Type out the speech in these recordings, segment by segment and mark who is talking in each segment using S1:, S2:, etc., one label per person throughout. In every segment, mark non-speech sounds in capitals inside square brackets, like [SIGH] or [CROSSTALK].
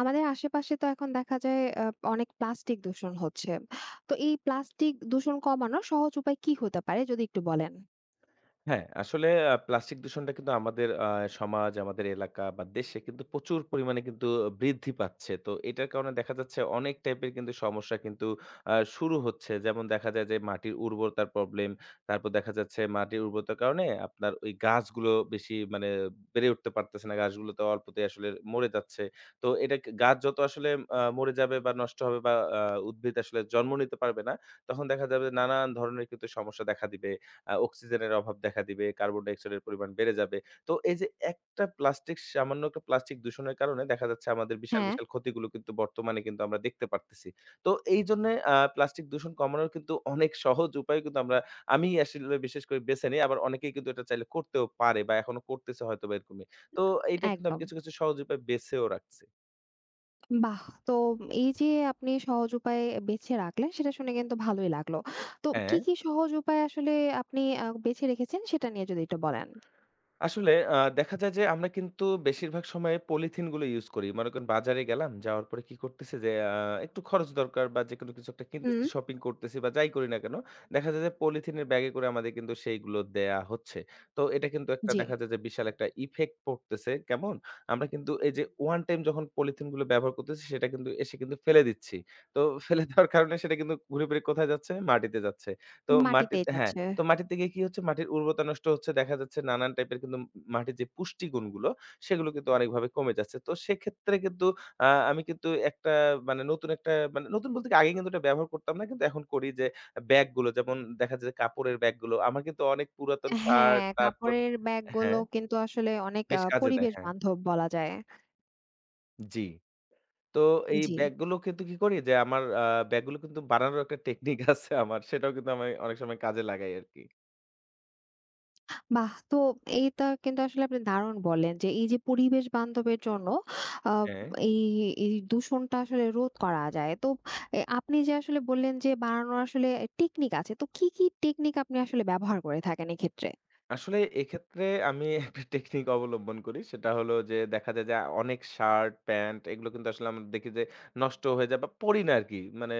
S1: আমাদের আশেপাশে তো এখন দেখা যায় অনেক প্লাস্টিক দূষণ হচ্ছে। তো এই প্লাস্টিক দূষণ কমানোর সহজ উপায় কি হতে পারে যদি একটু বলেন?
S2: হ্যাঁ, আসলে প্লাস্টিক দূষণটা কিন্তু আমাদের সমাজ, আমাদের এলাকা বা দেশে কিন্তু প্রচুর পরিমাণে কিন্তু বৃদ্ধি পাচ্ছে। তো এটার কারণে দেখা যাচ্ছে অনেক টাইপের কিন্তু সমস্যা কিন্তু শুরু হচ্ছে। যেমন দেখা যায় যে মাটির উর্বরতার প্রবলেম, তারপর দেখা যাচ্ছে মাটির উর্বরতার কারণে আপনার ওই গাছগুলো বেশি মানে বেড়ে উঠতে পারতেছে না। গাছগুলো তো অল্পতেই আসলে মরে যাচ্ছে। তো এটা গাছ যত আসলে মরে যাবে বা নষ্ট হবে বা উদ্ভিদ আসলে জন্ম নিতে পারবে না, তখন দেখা যাবে নানান ধরনের কিন্তু সমস্যা দেখা দিবে। অক্সিজেনের অভাব দেখা দিবে, কার্বন ডাইঅক্সাইডের পরিমাণ বেড়ে যাবে। তো এই যে একটা প্লাস্টিক সামান্য একটা প্লাস্টিক দূষণের কারণে দেখা যাচ্ছে আমাদের বিশাল,
S1: হ্যাঁ,
S2: বিশাল ক্ষতিগুলো কিন্তু বর্তমানে কিন্তু আমরা দেখতে পারতেছি। তো এইজন্যে প্লাস্টিক দূষণ কমানোর কিন্তু অনেক সহজ উপায় কিন্তু আমি আসলে বিশেষ করে বেছে নেই। আবার অনেকেই কিন্তু এটা চাইলে করতেও পারে বা এখনো করতেছে হয়তোবা এরকমই। তো এইটা কিন্তু আমি
S1: একদম।
S2: কিছু সহজ উপায় বেছেও রাখছি।
S1: বাহ! তো এই যে আপনি সহজ উপায় বেছে রাখলেন সেটা শুনে কিন্তু ভালোই লাগলো। তো কি,
S2: হ্যাঁ।
S1: কি সহজ উপায় আসলে আপনি বেছে রেখেছেন সেটা নিয়ে যদি একটু বলেন?
S2: আসলে দেখা যায় যে আমরা কিন্তু বেশিরভাগ সময়ে পলিথিন গুলো ইউজ করি। মনে করেন বাজারে গেলাম, যাওয়ার পরে কি করতেছি যে একটু খরচ দরকার বা যেকোনো কিছু একটা
S1: হুম।
S2: কিনতেছি, শপিং করতেছি বা যাই করি না কেন, দেখা যায় যে পলিথিনের ব্যাগে করে আমাদের কিন্তু সেইগুলো দেয়া হচ্ছে। তো এটা কিন্তু একটা
S1: জি,
S2: দেখা যায় যে বিশাল একটা ইফেক্ট পড়তেছে। কেমন? আমরা কিন্তু এই যে ওয়ান টাইম যখন পলিথিন গুলো ব্যবহার করতেছি সেটা কিন্তু এসে কিন্তু ফেলে দিচ্ছি। তো ফেলে দেওয়ার কারণে সেটা কিন্তু ঘুরে ফিরে কোথায় যাচ্ছে? মাটিতে যাচ্ছে। তো
S1: মাটিতেই
S2: মাটিতে হ্যাঁ।
S1: যাচ্ছে।
S2: তো মাটিতে গিয়ে কি হচ্ছে? মাটির উর্বরতা নষ্ট হচ্ছে। দেখা যাচ্ছে নানান টাইপের কিন্তু মাটির যে পুষ্টি গুণগুলো, সেগুলো কিন্তু অনেকভাবে কমে যাচ্ছে। তো সেক্ষেত্রে কিন্তু আমি কিন্তু একটা মানে নতুন একটা মানে নতুন বলতে কি আগে কিন্তু এটা ব্যবহার করতাম না। কিন্তু এখন করি যে ব্যাগগুলো যেমন দেখা যায় যে কাপড়ের ব্যাগগুলো। আমার কিন্তু অনেক পুরাতন
S1: হ্যাঁ,
S2: শার্ট তারপর
S1: কাপড়ের ব্যাগগুলো
S2: হ্যাঁ,
S1: কিন্তু আসলে অনেক
S2: বেশ কাজে দেয়।
S1: পরিবেশ
S2: হ্যাঁ,
S1: বান্ধব বলা যায়।
S2: জি। তো এই
S1: জি।
S2: ব্যাগগুলো কিন্তু কি করি যে আমার ব্যাগগুলো কিন্তু বানানোর একটা টেকনিক আছে আমার। সেটাও কিন্তু আমি অনেক সময় কাজে লাগাই আরকি।
S1: বাহ! তো এইটা কিন্তু আসলে আপনি দারুণ বললেন যে, এই যে পরিবেশ বান্ধবের জন্য আ
S2: হ্যাঁ।
S1: এই, এই দূষণটা আসলে রোধ করা যায়। তো এ আপনি যে আসলে বললেন যে বানানোর আসলে টেকনিক আছে। তো কি টেকনিক আপনি আসলে ব্যবহার করে থাকেন এক্ষেত্রে?
S2: আসলে এক্ষেত্রে আমি একটা টেকনিক অবলম্বন করি। সেটা হলো যে দেখা যায় যে অনেক শার্ট, প্যান্ট এগুলো কিন্তু আসলে আমরা দেখি যে নষ্ট হয়ে যায় বা পড়ি না আরকি। মানে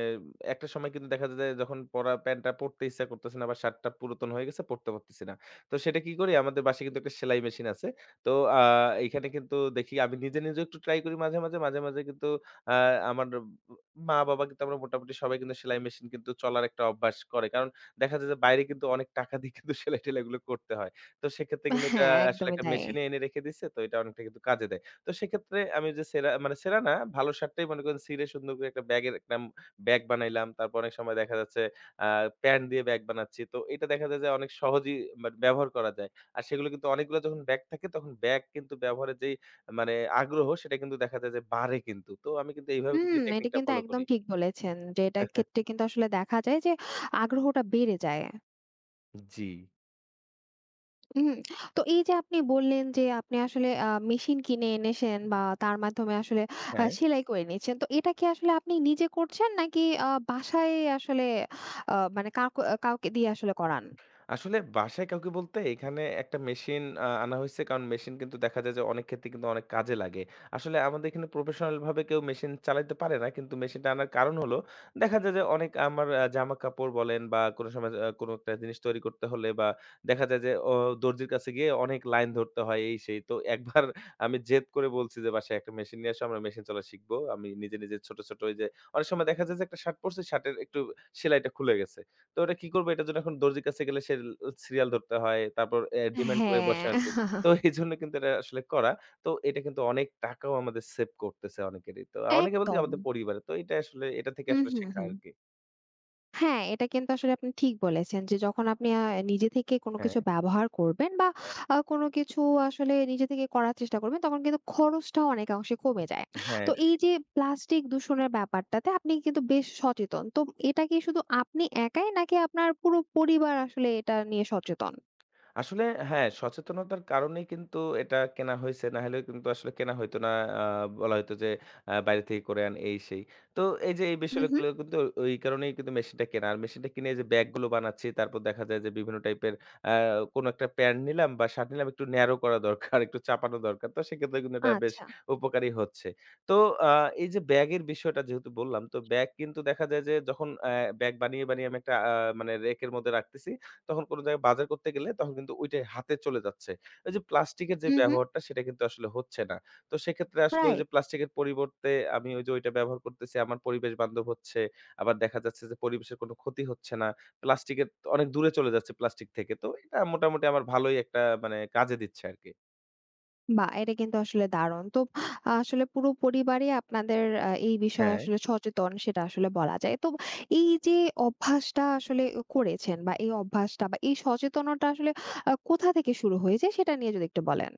S2: একটা সময় কিন্তু দেখা যায় যে যখন পরা প্যান্টটা পড়তে ইচ্ছা করতেছে না বা শার্টটা পুরাতন হয়ে গেছে পড়তে পারতেছি না। তো সেটা কি করি আমাদের বাসায় কিন্তু একটা সেলাই মেশিন আছে। তো আ এখানে কিন্তু দেখি আমি নিজে একটু ট্রাই করি মাঝে। মাঝে কিন্তু আ আমার মা-বাবা কিন্তু আমরা মোটামুটি সবাই কিন্তু সেলাই মেশিন কিন্তু চলার একটা অভ্যাস করে। কারণ দেখা যায় যে বাইরে কিন্তু অনেক টাকা দিয়ে কিন্তু সেলাই-টেলাই এগুলো করতে হয়। তো সেক্ষেত্রে কিন্তু এটা
S1: হ্যাঁ,
S2: আসলে
S1: একদমই
S2: একটা
S1: তাই।
S2: মেশিনে এনে রেখে দিছে। তো এটা অনেকটা কিন্তু কাজে দেয়। তো সেক্ষেত্রে আমি যে সেরা মানে সেরা না, ভালো শার্টটাই মনে করেন ছিঁড়ে সুন্দর করে একটা ব্যাগের একটা ব্যাগ বানাইলাম। তারপর অনেক সময় দেখা যাচ্ছে আ প্যান্ট দিয়ে ব্যাগ বানাচ্ছি। তো এটা দেখা যায় যে অনেক সহজেই ব্যবহার করা যায়। আর সেগুলো কিন্তু অনেকগুলো যখন ব্যাগ থাকে তখন ব্যাগ কিন্তু ব্যবহারের যেই মানে আগ্রহ সেটা কিন্তু দেখা যায় যে বাড়ে কিন্তু। তো আমি কিন্তু এইভাবে কিন্তু
S1: হুম,
S2: এই
S1: এটা
S2: টেকনিকটা
S1: কিন্তু
S2: ফলো
S1: একদম
S2: করি।
S1: ঠিক বলেছেন যে এটার ক্ষেত্রে কিন্তু আসলে দেখা যায় যে আগ্রহটা বেড়ে যায়।
S2: জি।
S1: হুম, তো এই যে আপনি বললেন যে আপনি আসলে মেশিন কিনে এনেছেন বা তার মাধ্যমে আসলে
S2: হ্যাঁ।
S1: সেলাই করে নিয়েছেন। তো এটা কি আসলে আপনি নিজে করছেন নাকি বাসায় আসলে মানে কাউকে কাউকে দিয়ে আসলে করান?
S2: আসলে বাসায় কাউকে বলতে এখানে একটা মেশিন আনা হইছে। কারণ মেশিন কিন্তু দেখা যায় যে অনেক ক্ষেত্রে কিন্তু অনেক কাজে লাগে। আসলে আমাদের এখানে প্রফেশনাল ভাবে কেউ মেশিন চালাইতে পারে না। কিন্তু মেশিনটা আনার কারণ হলো দেখা যায় যে অনেক আমার জামাকাপড় বলেন বা কোনো সময় কোনো একটা জিনিস তৈরি করতে হলে বা দেখা যায় যে দর্জির কাছে গিয়ে অনেক লাইন ধরতে হয় এই সেই। তো একবার আমি জেদ করে বলছি যে বাসায় একটা মেশিন নিয়ে আসো আমরা মেশিন চলা শিখবো। আমি নিজে ছোট ওই যে অনেক সময় দেখা যায় যে একটা শার্ট পড়ছি শার্টের একটু সেলাইটা খুলে গেছে। তো ওটা কি করব? এটার জন্য এখন দর্জির কাছে গেলে সে সিরিয়াল ধরতে হয়। তারপর ডিমান্ড করে বসে আর
S1: হ্যাঁ,
S2: খুব। তো এজন্য কিন্তু এটা আসলে করা। তো এটা কিন্তু অনেক টাকাও আমাদের সেভ করতেছে অনেকেরই। তো অনেকে বলতে
S1: একদম।
S2: আমাদের পরিবারে। তো এটা আসলে এটা থেকে
S1: হুম,
S2: আসলে
S1: হুম,
S2: শেখা
S1: হুম।
S2: আরকি।
S1: হ্যাঁ, এটা কিন্তু আসলে আপনি ঠিক বলেছেন যে যখন আপনি নিজে থেকে কোনো
S2: হ্যাঁ,
S1: কিছু ব্যবহার করবেন বা কোনো কিছু আসলে নিজে থেকে করার চেষ্টা করবেন তখন কিন্তু খরচটাও অনেকাংশে কমে যায়।
S2: হ্যাঁ
S1: তো
S2: এটা
S1: এই
S2: ঠিক।
S1: যে প্লাস্টিক দূষণের ব্যাপারটাতে আপনি কিন্তু বেশ সচেতন। তো এটা কি শুধু আপনি একাই নাকি আপনার পুরো পরিবার আসলে এটা নিয়ে সচেতন?
S2: আসলে হ্যাঁ, সচেতনতার কারণেই কিন্তু এটা কেনা হইছে। নাহলে কিন্তু আসলে কেনা হইতো না। আ বলা হইতো যে বাইরে থেকে করে আন এই সেই। তো এই যে এই
S1: হু, হু।
S2: বিষয়গুলো কিন্তু ওই কারণেই কিন্তু মেশিনটা কেনা। আর মেশিনটা কিনে এই যে ব্যাগগুলো বানাচ্ছি। তারপর দেখা যায় যে বিভিন্ন টাইপের আ কোন একটা প্যান্ট নিলাম বা শার্ট নিলাম একটু ন্যারো করা দরকার, একটু চাপানো দরকার। তো সেক্ষেত্রে কিন্তু এটা বেশ
S1: আচ্ছা।
S2: উপকারী হচ্ছে। তো আ এই যে ব্যাগের বিষয়টা যেহেতু বললাম, তো ব্যাগ কিন্তু দেখা যায় যে যখন ব্যাগ বানিয়ে আমি একটা মানে রেকের মধ্যে রাখতেছি। তখন কোন জায়গায় বাজার করতে গেলে তখন কিন্তু ওইটাই হাতে চলে যাচ্ছে। ওই যে প্লাস্টিকের যে
S1: হু, হু।
S2: ব্যবহারটা সেটা কিন্তু আসলে হচ্ছে না। তো সেক্ষেত্রে আসলে ওই যে
S1: রাইট।
S2: প্লাস্টিকের পরিবর্তে আমি ওই যে ওইটা ব্যবহার করতেছি আমার পরিবেশ বান্ধব হচ্ছে। আবার দেখা যাচ্ছে যে পরিবেশের কোনো ক্ষতি হচ্ছে না। প্লাস্টিকের অনেক দূরে চলে যাচ্ছে প্লাস্টিক থেকে। তো এটা মোটামুটি আমার ভালোই একটা মানে কাজে দিচ্ছে আরকি।
S1: বাহ! এটা কিন্তু আসলে দারুণ। তো আসলে পুরো পরিবারই আপনাদের এই বিষয়ে
S2: হ্যাঁ।
S1: আসলে সচেতন সেটা আসলে বলা যায়। তো এই যে অভ্যাসটা আসলে করেছেন বা এই অভ্যাসটা বা এই সচেতনতা আসলে কোথা থেকে শুরু হয়েছে সেটা নিয়ে যদি একটু বলেন?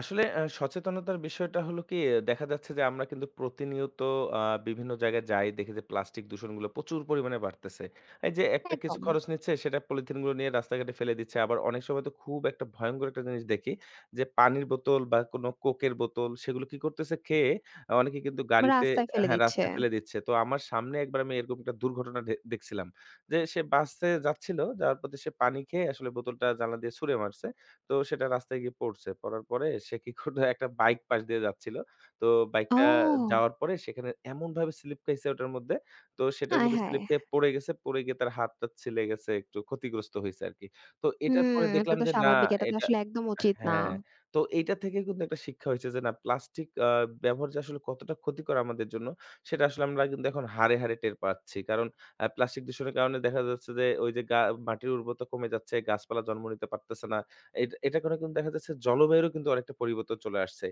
S2: আসলে সচেতনতার বিষয়টা হলো কি, দেখা যাচ্ছে যে আমরা কিন্তু প্রতিনিয়ত আ বিভিন্ন জায়গায় যাই, দেখি যে প্লাস্টিক দূষণগুলো প্রচুর পরিমাণে বাড়তেছে। এই যে একটা কিছু
S1: একদম।
S2: খরচ নিচ্ছে সেটা পলিথিনগুলো নিয়ে রাস্তাঘাটে ফেলে দিচ্ছে। আবার অনেক সময় তো খুব একটা ভয়ংকর একটা জিনিস দেখি যে পানির বোতল বা কোনো কোকের বোতল সেগুলো কি করতেছে খেয়ে অনেকে কিন্তু গাড়িতে
S1: রাস্তায়
S2: আহ,
S1: ফেলে
S2: হ্যাঁ,
S1: দিচ্ছে।
S2: রাস্তায় ফেলে দিচ্ছে। তো আমার সামনে একবার আমি এরকম একটা দুর্ঘটনা দেখছিলাম। যে সে বাসে যাচ্ছিল, যাওয়ার পথে সে পানি খেয়ে আসলে বোতলটা জানলা দিয়ে ছুঁড়ে মারছে। তো সেটা রাস্তায় গিয়ে পড়ছে। পড়ার পরে সে কি করলো একটা বাইক পাশ দিয়ে যাচ্ছিল। তো বাইকটা
S1: ও!
S2: যাওয়ার পরে সেখানে এমনভাবে স্লিপ খাইছে ওটার মধ্যে। তো সেটার
S1: আয়
S2: মধ্যে
S1: হায়!
S2: স্লিপ খেয়ে পড়ে গেছে। পড়ে গিয়ে তার হাত-টাত ছিলে গেছে, একটু ক্ষতিগ্রস্ত হইছে আরকি। তো এটার
S1: হুম,
S2: পরে
S1: এটা
S2: দেখলাম
S1: তো
S2: যে না
S1: স্বাভাবিক। এটা তো
S2: এটা
S1: আসলে একদম উচিত না।
S2: হ্যাঁ, তো এইটা থেকে কিন্তু একটা শিক্ষা হইছে যে না প্লাস্টিক ব্যবহার যে আসলে কতটা ক্ষতিকর আমাদের জন্য সেটা আসলে আমরা কিন্তু এখন হাড়ে টের পাচ্ছি। কারণ প্লাস্টিক দূষণের কারণে দেখা যাচ্ছে যে ওই যে মাটির উর্বরতা কমে যাচ্ছে, গাছপালা জন্ম নিতে পারতেছে না। এটা এটা করে কিন্তু দেখা যাচ্ছে জলবায়ুরও কিন্তু অনেকটা পরিবর্তন চলে আসছে।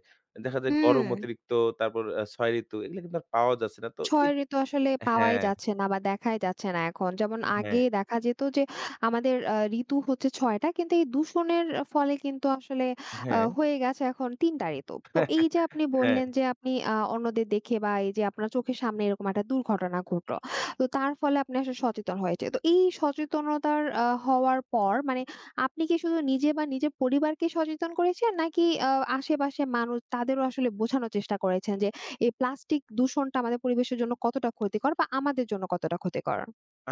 S2: দেখা যায়
S1: হুম।
S2: গরম অতিরিক্ত, তারপর ৬ ঋতু এগুলো কিন্তু আর পাওয়া যাচ্ছে না। তো এ
S1: ৬ ঋতু আসলে পাওয়াই
S2: হ্যাঁ,
S1: যাচ্ছে না বা দেখাই যাচ্ছে না এখন। যেমন
S2: হ্যাঁ,
S1: আগে দেখা যেত যে আমাদের ঋতু হচ্ছে ৬ টা কিন্তু এই দূষণের ফলে কিন্তু আসলে
S2: হ্যাঁ,
S1: হয়ে গেছে এখন ৩ টা ঋতু। তো এই যে
S2: [LAUGHS]
S1: আপনি
S2: হ্যাঁ।
S1: বললেন যে আপনি অন্যদের দেখে বা এই যে আপনার চোখের সামনে এরকম একটা দুর্ঘটনা ঘটলো। তো তার ফলে আপনি আসলে সচেতন হয়েছে। তো এই সচেতনতার হওয়ার পর মানে আপনি কি শুধু নিজে বা নিজের পরিবারকে সচেতন করেছেন নাকি আশেপাশের মানুষ তাদেরও আসলে বোঝানোর চেষ্টা করেছেন যে এই প্লাস্টিক দূষণটা আমাদের পরিবেশের জন্য কতটা ক্ষতিকর বা আমাদের জন্য কতটা ক্ষতিকর?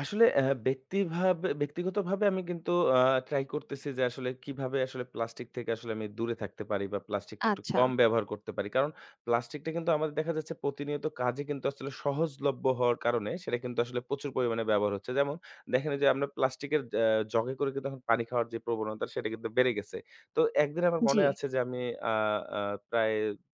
S2: আসলে অ্যা ব্যক্তিভাবে ব্যক্তিগতভাবে আমি কিন্তু আ ট্রাই করতেছি যে আসলে কিভাবে আসলে প্লাস্টিক থেকে আসলে আমি দূরে থাকতে পারি বা প্লাস্টিক একটু
S1: আচ্ছা,
S2: কম ব্যবহার করতে পারি। কারণ প্লাস্টিকটা কিন্তু আমাদের দেখা যাচ্ছে প্রতিনিয়ত কাজে কিন্তু আসলে সহজলভ্য হওয়ার কারণে সেটা কিন্তু আসলে প্রচুর পরিমাণে ব্যবহার হচ্ছে। যেমন দেখেন এই যে আমরা প্লাস্টিকের জগে করে কিন্তু এখন পানি খাওয়ার যে প্রবণতা সেটা কিন্তু বেড়ে গেছে। তো একদিন আমার
S1: জি।
S2: মনে আছে যে আমি আ আ প্রায়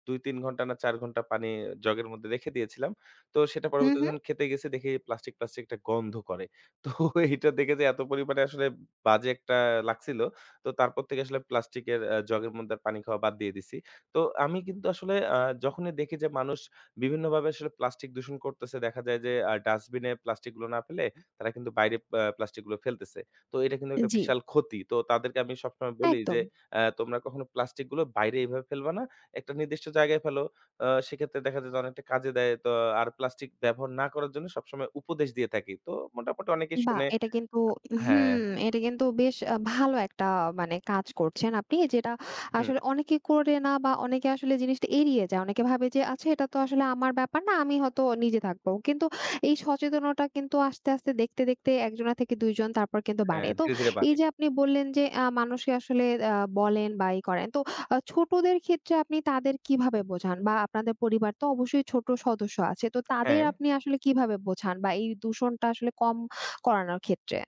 S2: ২-৩ ঘন্টা না ৪ ঘন্টা পানি জগের মধ্যে রেখে দিয়েছিলাম। তো সেটা
S1: হুম,
S2: পরবর্তীতে
S1: হুম।
S2: যখন খেতে গেছি দেখি প্লাস্টিক একটা গন্ধ করে। [LAUGHS] তো এইটা দেখে যে এত পরিমাণে আসলে বাজে একটা লাগছিল। তো তারপর থেকে আসলে প্লাস্টিকের জগের মধ্যে আর পানি খাওয়া বাদ দিয়ে দিছি। তো আমি কিন্তু আসলে যখনই দেখি যে মানুষ বিভিন্নভাবে আসলে প্লাস্টিক দূষণ করতেছে, দেখা যায় যে ডাস্টবিনে প্লাস্টিক গুলো না ফেলে তারা কিন্তু বাইরে প্লাস্টিক গুলো ফেলতেছে। তো এটা কিন্তু একটা
S1: জি,
S2: বিশাল ক্ষতি। তো তাদেরকে আমি সবসময় বলি
S1: একদম।
S2: যে, তোমরা কখনো প্লাস্টিক গুলো বাইরে এভাবে ফেলবা না। একটা নির্দিষ্ট জায়গায় ফেলো।" সেক্ষেত্রে দেখা যায় যে অনেকটা কাজে দেয়। তো আর প্লাস্টিক ব্যবহার না করার জন্য সবসময় উপদেশ দিয়ে থাকি। তো মোটামুটি অনেকেই
S1: বাহ!
S2: শুনে
S1: এটা কিন্তু
S2: হ্যাঁ,
S1: হুম, এটা কিন্তু বেশ ভালো একটা মানে কাজ করছেন আপনি। যেটা
S2: হুম,
S1: আসলে অনেকে করে না বা অনেকে আসলে জিনিসটা এড়িয়ে যায়। অনেকে ভাবে যে, "আচ্ছা এটা তো আসলে আমার ব্যাপার না, আমি হয়তো নিজে থাকবো।" কিন্তু এই সচেতনতা কিন্তু আস্তে দেখতে ১ জনা থেকে ২ জন তারপর কিন্তু বাড়ে।
S2: হ্যাঁ,
S1: তো
S2: ধীরে
S1: এই
S2: মানে।
S1: যে আপনি বললেন যে মানুষকে আসলে আ বলেন বা ই করেন। তো ছোটদের ক্ষেত্রে আপনি তাদের কিভাবে বোঝান? বা আপনাদের পরিবার তো অবশ্যই ছোট সদস্য আছে। তো তাদের
S2: হ্যাঁ।
S1: আপনি আসলে কিভাবে বোঝান বা এই দূষণটা আসলে কম করানোর ক্ষেত্রে।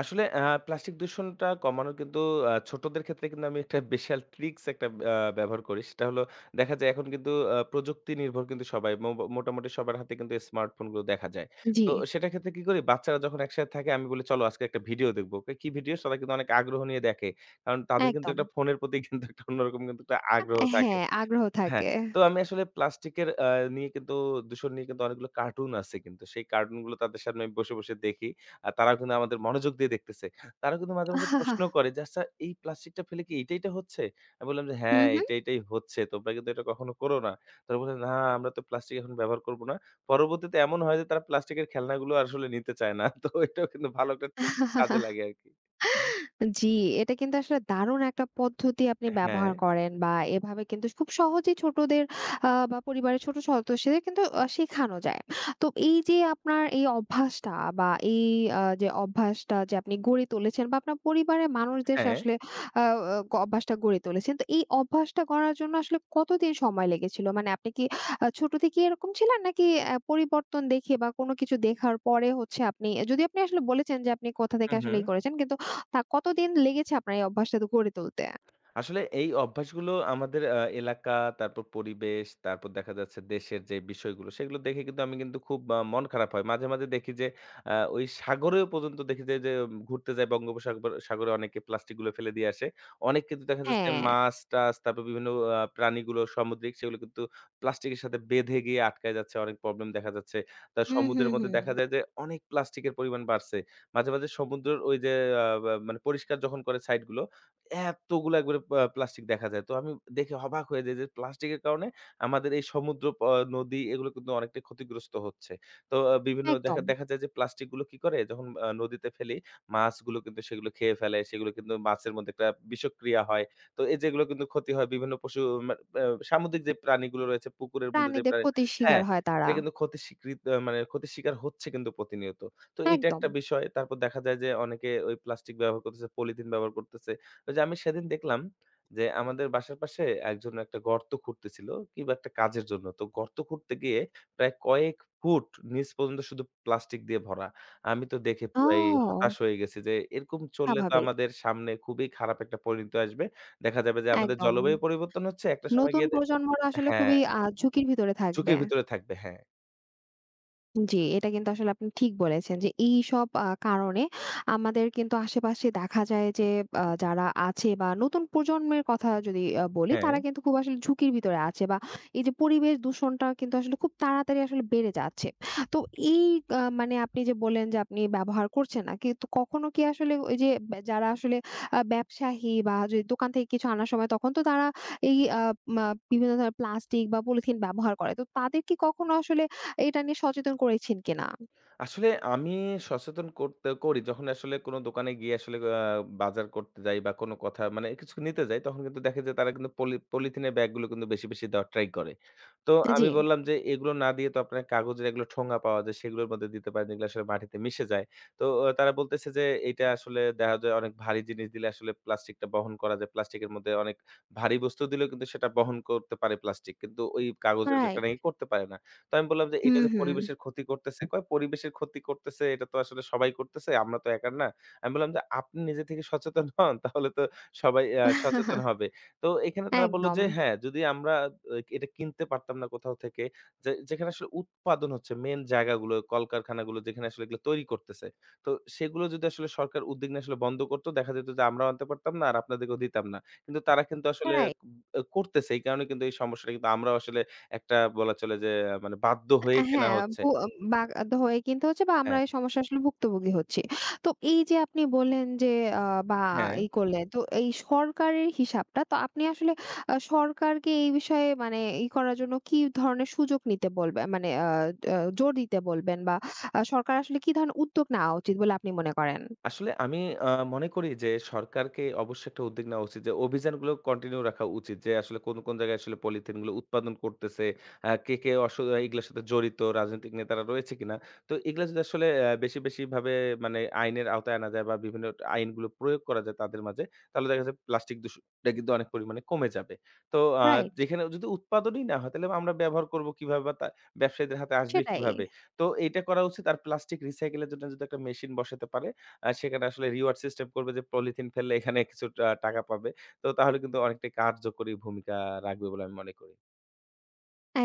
S2: আসলে প্লাস্টিক দূষণটা কমানোর কিন্তু ছোটদের ক্ষেত্রে কিন্তু আমি একটা বিশাল ট্রিকস একটা ব্যবহার করি। সেটা হলো দেখা যায় এখন কিন্তু প্রযুক্তি নির্ভর কিন্তু সবাই মোটামুটি সবার হাতে কিন্তু স্মার্টফোন গুলো দেখা যায়।
S1: জি।
S2: তো সেটার ক্ষেত্রে কি করি? বাচ্চারা যখন একসাথে থাকে আমি বলি, "চলো আজকে একটা ভিডিও দেখব।" কি ভিডিও? সবাই কিন্তু অনেক আগ্রহ নিয়ে দেখে। কারণ তাদের কিন্তু
S1: একদম।
S2: একটা ফোনের প্রতি [LAUGHS] কিন্তু একটা অন্যরকম কিন্তু একটা আগ্রহ থাকে।
S1: হ্যাঁ, আগ্রহ
S2: হ্যাঁ,
S1: থাকে।
S2: তো আমি আসলে প্লাস্টিকের নিয়ে কিন্তু দূষণ নিয়ে কিন্তু অনেকগুলো কার্টুন আছে কিন্তু। সেই কার্টুনগুলো তাদের সামনে আমি বসে দেখি। আর তারাও কিন্তু আমাদের মনোযোগ দিয়ে দেখতেছে। তারা কিন্তু মাঝে প্রশ্ন
S1: [LAUGHS]
S2: করে যে, "আচ্ছা এই প্লাস্টিকটা ফেলে কি এইটা হচ্ছে?" আমি বললাম যে,
S1: হুম,
S2: "হ্যাঁ, এইটাই হচ্ছে। তোমরা কিন্তু এটা কখনো করো না।" তারা বলে, "না, আমরা তো প্লাস্টিক এখন ব্যবহার করব না।" পরবর্তীতে এমন হয় যে তারা প্লাস্টিকের খেলনাগুলো আসলে নিতে চায় না। তো এটাও কিন্তু ভালো একটা ট্রিক্স কাজে
S1: হুম।
S2: লাগে আরকি।
S1: জি, এটা কিন্তু আসলে দারুণ একটা পদ্ধতি আপনি
S2: হ্যাঁ,
S1: ব্যবহার করেন বা এভাবে কিন্তু খুব সহজেই ছোটদের বা পরিবারের ছোট সদস্যদের কিন্তু শেখানো যায়। তো এই যে আপনার এই অভ্যাসটা বা এই যে অভ্যাসটা যে আপনি গড়ে তুলেছেন বা আপনার পরিবারের মানুষদের সা
S2: হ্যাঁ।
S1: আসলে আ গ অভ্যাসটা গড়ে তুলেছেন। তো এই অভ্যাসটা গড়ার জন্য আসলে কতদিন সময় লেগেছিল? মানে আপনি কি ছোট থেকেই এরকম ছিলেন? নাকি পরিবর্তন দেখে বা কোনো কিছু দেখার পরে হচ্ছে আপনি যদি আপনি আসলে বলেছেন যে আপনি কোথা থেকে
S2: হু, হু।
S1: আসলে ই করেছেন কিন্তু তা কতদিন লেগেছে আপনার এই অভ্যাসটা তো গড়ে তুলতে?
S2: আসলে এই অভ্যাসগুলো আমাদের এলাকা, তারপর পরিবেশ, তারপর দেখা যাচ্ছে দেশের যে বিষয়গুলো, সেগুলো দেখে কিন্তু আমি কিন্তু খুব মন খারাপ হয়। মাঝে দেখি যে ওই সাগরেও পর্যন্ত দেখি যে ঘুরতে যায় বঙ্গোপসাগর সাগরে অনেকে প্লাস্টিকগুলো ফেলে দিয়ে আসে। অনেক কিন্তু দেখা যাচ্ছে
S1: হ্যাঁ।
S2: মাছ-টাছ, তারপর বিভিন্ন প্রাণীগুলো সামুদ্রিক, সেগুলো কিন্তু প্লাস্টিকের সাথে বেঁধে গিয়ে আটকায় যাচ্ছে। অনেক প্রবলেম দেখা যাচ্ছে। তা
S1: হুম, হুম,
S2: সমুদ্রের মধ্যে
S1: হুম।
S2: দেখা যায় যে অনেক প্লাস্টিকের পরিমাণ বাড়ছে। মাঝে সমুদ্রের ওই যে বা মানে পরিষ্কার যখন করে সাইডগুলো এতগুলা একবারে প্লাস্টিক দেখা যায়। তো আমি দেখে অবাক হয়ে যাই যে প্লাস্টিকের কারণে আমাদের এই সমুদ্র নদী এগুলো কিন্তু অনেকটাই ক্ষতিগ্রস্ত হচ্ছে। তো বিভিন্ন দেখা
S1: একদম।
S2: দেখা যায় যে প্লাস্টিক গুলো কি করে যখন নদীতে ফেলি, মাছগুলো কিন্তু সেগুলো খেয়ে ফেলে। সেগুলো কিন্তু মাছের মধ্যে একটা বিষক্রিয়া হয়। তো এই যেগুলো কিন্তু ক্ষতি হয় বিভিন্ন পশু মা আ সামুদ্রিক যে প্রাণীগুলো রয়েছে পুকুরের মধ্যে যে
S1: প্রাণীদের
S2: প্রাণী
S1: ক্ষতির শিকার
S2: হ্যাঁ,
S1: হয় তারা।
S2: এটা কিন্তু ক্ষতি স্বীকৃত মানে ক্ষতির শিকার হচ্ছে কিন্তু প্রতিনিয়ত। তো এটা
S1: একদম।
S2: একটা বিষয়। তারপর দেখা যায় যে অনেকে ওই প্লাস্টিক ব্যবহার করতেছে, পলিথিন ব্যবহার করতেছে। তো যে আমি সেদিন দেখলাম যে আমাদের বাসার পাশে একজন একটা গর্ত খুঁড়তেছিল কিংবা একটা কাজের জন্য। তো গর্ত খুঁড়তে গিয়ে প্রায় কয়েক ফুট নিচ পর্যন্ত শুধু প্লাস্টিক দিয়ে ভরা। আমি তো দেখে পুরাই
S1: ও!
S2: হতাশ হয়ে গেছি যে এরকম চললে তো
S1: স্বাভাবিক।
S2: আমাদের সামনে খুবই খারাপ একটা পরিণতি আসবে। দেখা যাবে যে আমাদের
S1: একদম।
S2: জলবায়ু পরিবর্তন হচ্ছে। একটা সময়
S1: নতুন
S2: গিয়ে
S1: প্রজন্মরা আসলে
S2: হ্যাঁ,
S1: খুবই ঝুঁকির ভিতরে থাকবে।
S2: ঝুঁকির ভিতরে থাকবে। হ্যাঁ,
S1: জি, এটা কিন্তু আসলে আপনি ঠিক বলেছেন যে এইসব কারণে আমাদের কিন্তু আশেপাশে দেখা যায় যে যারা আছে বা নতুন প্রজন্মের কথা যদি বলি
S2: হ্যাঁ।
S1: তারা কিন্তু খুব আসলে ঝুঁকির ভিতরে আছে বা এই যে পরিবেশ দূষণটা কিন্তু আসলে খুব তাড়াতাড়ি আসলে বেড়ে যাচ্ছে। তো এই মানে আপনি যে বললেন যে আপনি ব্যবহার করছেন না। কিন্তু কখনো কি আসলে ওই যে যারা আসলে ব্যবসায়ী বা যে দোকান থেকে কিছু আনার সময় তখন তো তারা এই আ মা বিভিন্ন ধরনের প্লাস্টিক বা পলিথিন ব্যবহার করে। তো তাদের কি কখনো আসলে এটা নিয়ে সচেতন করেছেন কিনা?
S2: আসলে আমি সচেতন করতে করি যখন আসলে কোনো দোকানে গিয়ে আসলে বাজার করতে যাই বা কোনো কথা মানে কিছু নিতে যাই তখন কিন্তু দেখে যে তারা কিন্তু পলিথিনের ব্যাগগুলো কিন্তু বেশি বেশি দেওয়ার ট্রাই করে। তো
S1: জি।
S2: আমি বললাম যে এগুলো না দিয়ে তো আপনার কাগজের এগুলো ঠোঙা পাওয়া যায় সেগুলোর মধ্যে দিতে পারেন যেগুলো আসলে মাটিতে মিশে যায়। তো তারা বলতেছে যে এটা আসলে দেখা যায় অনেক ভারী জিনিস দিলে আসলে প্লাস্টিকটা বহন করা যায়, প্লাস্টিকের মধ্যে অনেক ভারী বস্তু দিলেও কিন্তু সেটা বহন করতে পারে প্লাস্টিক, কিন্তু ওই কাগজের ব্যাগটা
S1: রাইট।
S2: নাকি করতে পারে না। তো আমি বললাম যে,
S1: হুম,
S2: "এটা যে
S1: হুম।
S2: পরিবেশের ক্ষতি করতেছে।" কয়, "পরিবেশের ক্ষতি করতেছে, এটা তো আসলে সবাই করতেছে। আমরা তো একা না।" আমি বললাম যে, "আপনি নিজে থেকে সচেতন হন, তাহলে তো সবাই সচেতন
S1: [LAUGHS]
S2: হবে।" তো এখানে তারা বলল
S1: একদম।
S2: যে, "হ্যাঁ, যদি আমরা এটা কিনতে পারতাম না কোথাও থেকে, যে যেখানে আসলে উৎপাদন হচ্ছে, মেইন জায়গাগুলো, কলকারখানাগুলো যেখানে আসলে এগুলো তৈরি করতেছে। তো সেগুলো যদি আসলে সরকার উদ্বিগ্ন আসলে বন্ধ করত, দেখা যেত যে আমরাও আনতে পারতাম না আর আপনাদেরকেও দিতাম না। কিন্তু তারা কিন্তু আসলে
S1: রাইট।
S2: ক করতেছে। এই কারণে কিন্তু এই সমস্যাটা কিন্তু আমরাও আসলে একটা বলা চলে যে, মানে বাধ্য হয়ে কেনা
S1: হ্যাঁ,
S2: হচ্ছে।
S1: ভু বাগাদ হয়ে কিন্তু হচ্ছে বা আমরা
S2: হ্যাঁ,
S1: এই সমস্যা আসলে ভুক্তভোগী হচ্ছি। তো এই যে আপনি বললেন যে আ বা
S2: হ্যাঁ।
S1: ই করলেন, তো এই সরকারের হিসাবটা তো আপনি আসলে সরকারকে এই বিষয়ে মানে ই করার জন্য কি ধরনের সুযোগ নিতে বলবে মানে আ আ জোর দিতে বলবেন বা সরকার আসলে কি ধরনের উদ্যোগ নেওয়া উচিত বলে আপনি মনে করেন?
S2: আসলে আমি আ মনে করি যে সরকারকে অবশ্যই একটা উদ্যোগ নেওয়া উচিত, যে অভিযানগুলো কন্টিনিউ রাখা উচিত, যে আসলে কোন জায়গায় আসলে পলিথিন গুলো উৎপাদন করতেছে, কে এগুলোর সাথে জড়িত রাজনৈতিক নেতারা রয়েছে কিনা। তো এগুলা যদি আসলে বেশি ভাবে মানে আইনের আওতায় আনা যায় বা বিভিন্ন আইনগুলো প্রয়োগ করা যায় তাদের মাঝে, তাহলে দেখা যায় প্লাস্টিক দূষণটা কিন্তু অনেক পরিমাণে কমে যাবে। তো আ
S1: রাইট,
S2: যেখানে যদি উৎপাদনই না হয় তাহলে আমরা ব্যবহার করব কিভাবে বা ব্যবসায়ীদের হাতে আসবে
S1: সেটাই।
S2: কিভাবে? তো এইটা করা উচিত আর প্লাস্টিক রিসাইকেল এর জন্য যদি একটা মেশিন বসাতে পারে সেখানে আসলে রিওয়ার্ড সিস্টেম করবে যে পলিথিন ফেললে এখানে কিছু টাকা পাবে। তো তাহলে কিন্তু অনেকটাই কার্যকরী ভূমিকা রাখবে বলে আমি মনে করি।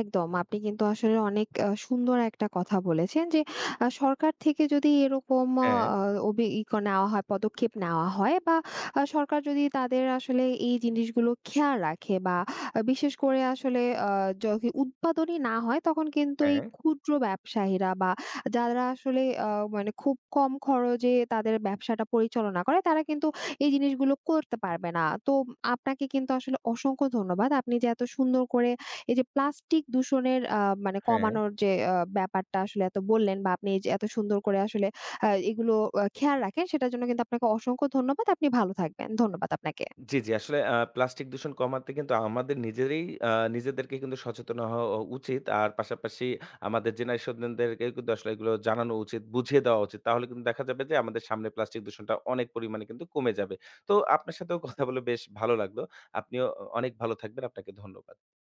S1: একদম। আপনি কিন্তু আসলে অনেক সুন্দর একটা কথা বলেছেন যে সরকার থেকে যদি এরকম
S2: হ্যাঁ,
S1: অবি ই ক- নেওয়া হয় পদক্ষেপ নেওয়া হয় বা সরকার যদি তাদের আসলে এই জিনিসগুলো খেয়াল রাখে বা বিশেষ করে আসলে যদি উৎপাদনই না হয় তখন কিন্তু এই
S2: হ্যাঁ,
S1: ক্ষুদ্র ব্যবসায়ীরা বা যারা আসলে মানে খুব কম খরচে তাদের ব্যবসাটা পরিচালনা করে তারা কিন্তু এই জিনিসগুলো করতে পারবে না। তো আপনাকে কিন্তু আসলে অসংখ্য ধন্যবাদ। আপনি যে এত সুন্দর করে এই যে প্লাস্টিক দূষণের মানে
S2: হ্যাঁ।
S1: কমানোর যে ব্যাপারটা আসলে এত বললেন বা আপনি এই যে এত সুন্দর করে আসলে এগুলো খেয়াল রাখেন সেটার জন্য কিন্তু আপনাকে অসংখ্য ধন্যবাদ। আপনি ভালো থাকবেন। ধন্যবাদ আপনাকে।
S2: জি, জি। আসলে প্লাস্টিক দূষণ কমাতে কিন্তু আমাদের নিজেরই আ নিজেদেরকে কিন্তু সচেতন হওয়া উচিত। আর পাশাপাশি আমাদের জেনারেশন দেরকেও কিন্তু আসলে এগুলো জানানো উচিত, বুঝিয়ে দেওয়া উচিত। তাহলে কিন্তু দেখা যাবে যে আমাদের সামনে প্লাস্টিক দূষণটা অনেক পরিমাণে কিন্তু কমে যাবে। তো আপনার সাথেও কথা বলে বেশ ভালো লাগলো। আপনিও অনেক ভালো থাকবেন। আপনাকে ধন্যবাদ।